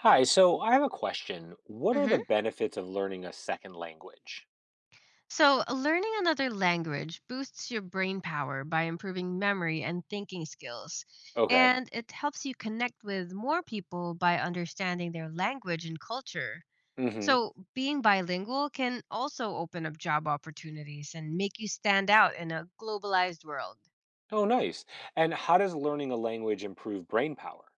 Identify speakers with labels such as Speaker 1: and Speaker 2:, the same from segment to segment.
Speaker 1: Hi, so I have a question. What are
Speaker 2: Hmm.
Speaker 1: the benefits of learning a second language?
Speaker 2: So, learning another language boosts your brain power by improving memory and thinking skills.
Speaker 1: Okay.
Speaker 2: And it helps you connect with more people by understanding their language and culture.
Speaker 1: Mm-hmm.
Speaker 2: So, being bilingual can also open up job opportunities and make you stand out in a globalized world.
Speaker 1: Oh, nice. And how does learning a language improve brain power?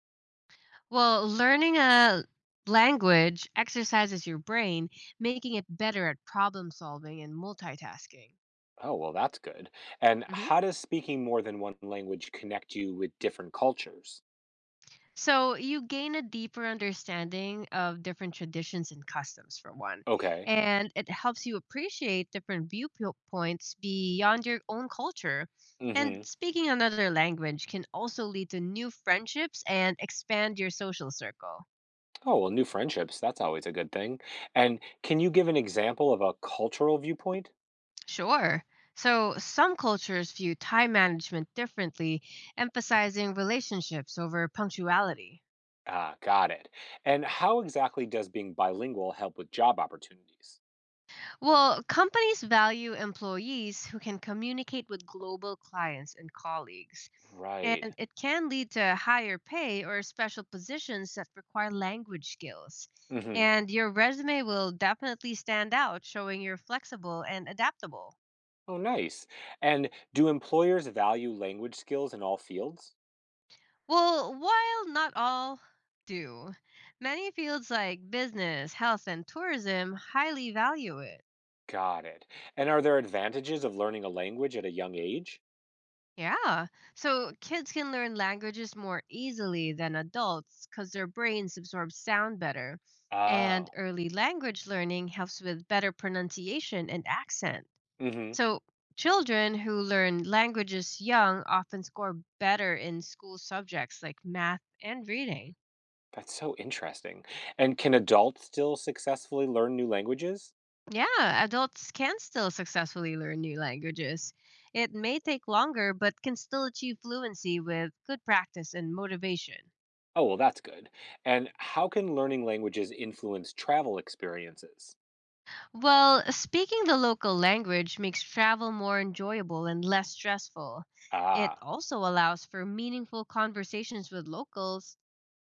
Speaker 2: Well, learning a language exercises your brain, making it better at problem solving and multitasking.
Speaker 1: Oh, well, that's good. And
Speaker 2: Mhm.
Speaker 1: how does speaking more than one language connect you with different cultures?
Speaker 2: So you gain a deeper understanding of different traditions and customs, for one,
Speaker 1: Okay.
Speaker 2: and it helps you appreciate different viewpoints beyond your own culture. And
Speaker 1: Mm-hmm.
Speaker 2: speaking another language can also lead to new friendships and expand your social circle.
Speaker 1: Oh, well, new friendships, that's always a good thing. And can you give an example of a cultural viewpoint?
Speaker 2: Sure. So some cultures view time management differently, emphasizing relationships over punctuality.
Speaker 1: Ah, got it. And how exactly does being bilingual help with job opportunities?
Speaker 2: Well, companies value employees who can communicate with global clients and colleagues.
Speaker 1: Right.
Speaker 2: And it can lead to higher pay or special positions that require language skills.
Speaker 1: Mm-hmm.
Speaker 2: And your resume will definitely stand out, showing you're flexible and adaptable.
Speaker 1: Oh, nice. And do employers value language skills in all fields?
Speaker 2: Well, while not all do, many fields like business, health, and tourism highly value it.
Speaker 1: Got it. And are there advantages of learning a language at a young age?
Speaker 2: Yeah. So kids can learn languages more easily than adults because their brains absorb sound better. And
Speaker 1: Oh.
Speaker 2: early language learning helps with better pronunciation and accent.
Speaker 1: Mm-hmm.
Speaker 2: So children who learn languages young often score better in school subjects like math and reading.
Speaker 1: That's so interesting. And can adults still successfully learn new languages?
Speaker 2: Yeah, adults can still successfully learn new languages. It may take longer, but can still achieve fluency with good practice and motivation.
Speaker 1: Oh, well, that's good. And how can learning languages influence travel experiences?
Speaker 2: Well, speaking the local language makes travel more enjoyable and less stressful. It
Speaker 1: Ah,
Speaker 2: also allows for meaningful conversations with locals,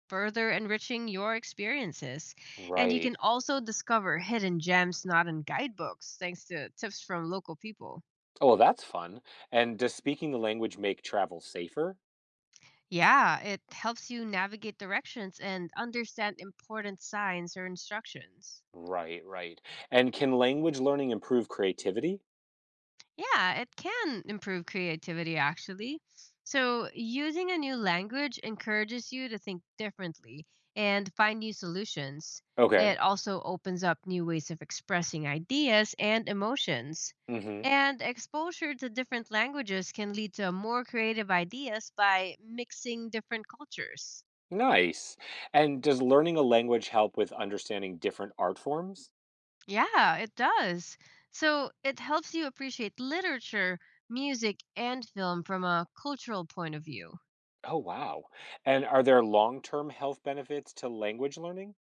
Speaker 2: further enriching your experiences. And you
Speaker 1: right.
Speaker 2: can also discover hidden gems not in guidebooks thanks to tips from local people.
Speaker 1: Oh, well, that's fun. And does speaking the language make travel safer?
Speaker 2: Yeah, it helps you navigate directions and understand important signs or instructions.
Speaker 1: Right, right. And can language learning improve creativity?
Speaker 2: Yeah, it can improve creativity actually. So, using a new language encourages you to think differently and find new solutions.
Speaker 1: Okay.
Speaker 2: It also opens up new ways of expressing ideas and emotions.
Speaker 1: Hmm.
Speaker 2: And exposure to different languages can lead to more creative ideas by mixing different cultures.
Speaker 1: Nice. And does learning a language help with understanding different art forms?
Speaker 2: Yeah, it does. So, it helps you appreciate literature, music, and film from a cultural point of view.
Speaker 1: Oh, wow. And are there long-term health benefits to language learning?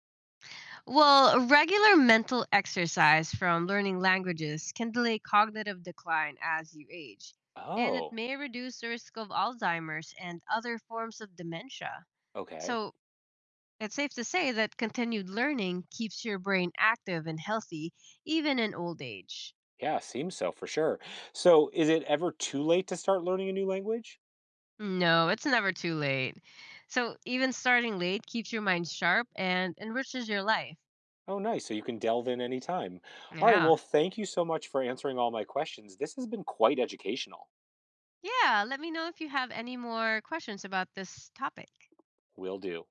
Speaker 2: Well, regular mental exercise from learning languages can delay cognitive decline as you age, and it
Speaker 1: Oh,
Speaker 2: may reduce the risk of Alzheimer's and other forms of dementia.
Speaker 1: okay.
Speaker 2: So, it's safe to say that continued learning keeps your brain active and healthy even in old age.
Speaker 1: Yeah, seems so for sure. So is it ever too late to start learning a new language?
Speaker 2: No, it's never too late. So, even starting late keeps your mind sharp and enriches your life.
Speaker 1: Oh, nice. So you can delve in anytime. All right.
Speaker 2: Yeah.
Speaker 1: Well, thank you so much for answering all my questions. This has been quite educational.
Speaker 2: Yeah, let me know if you have any more questions about this topic.
Speaker 1: Will do.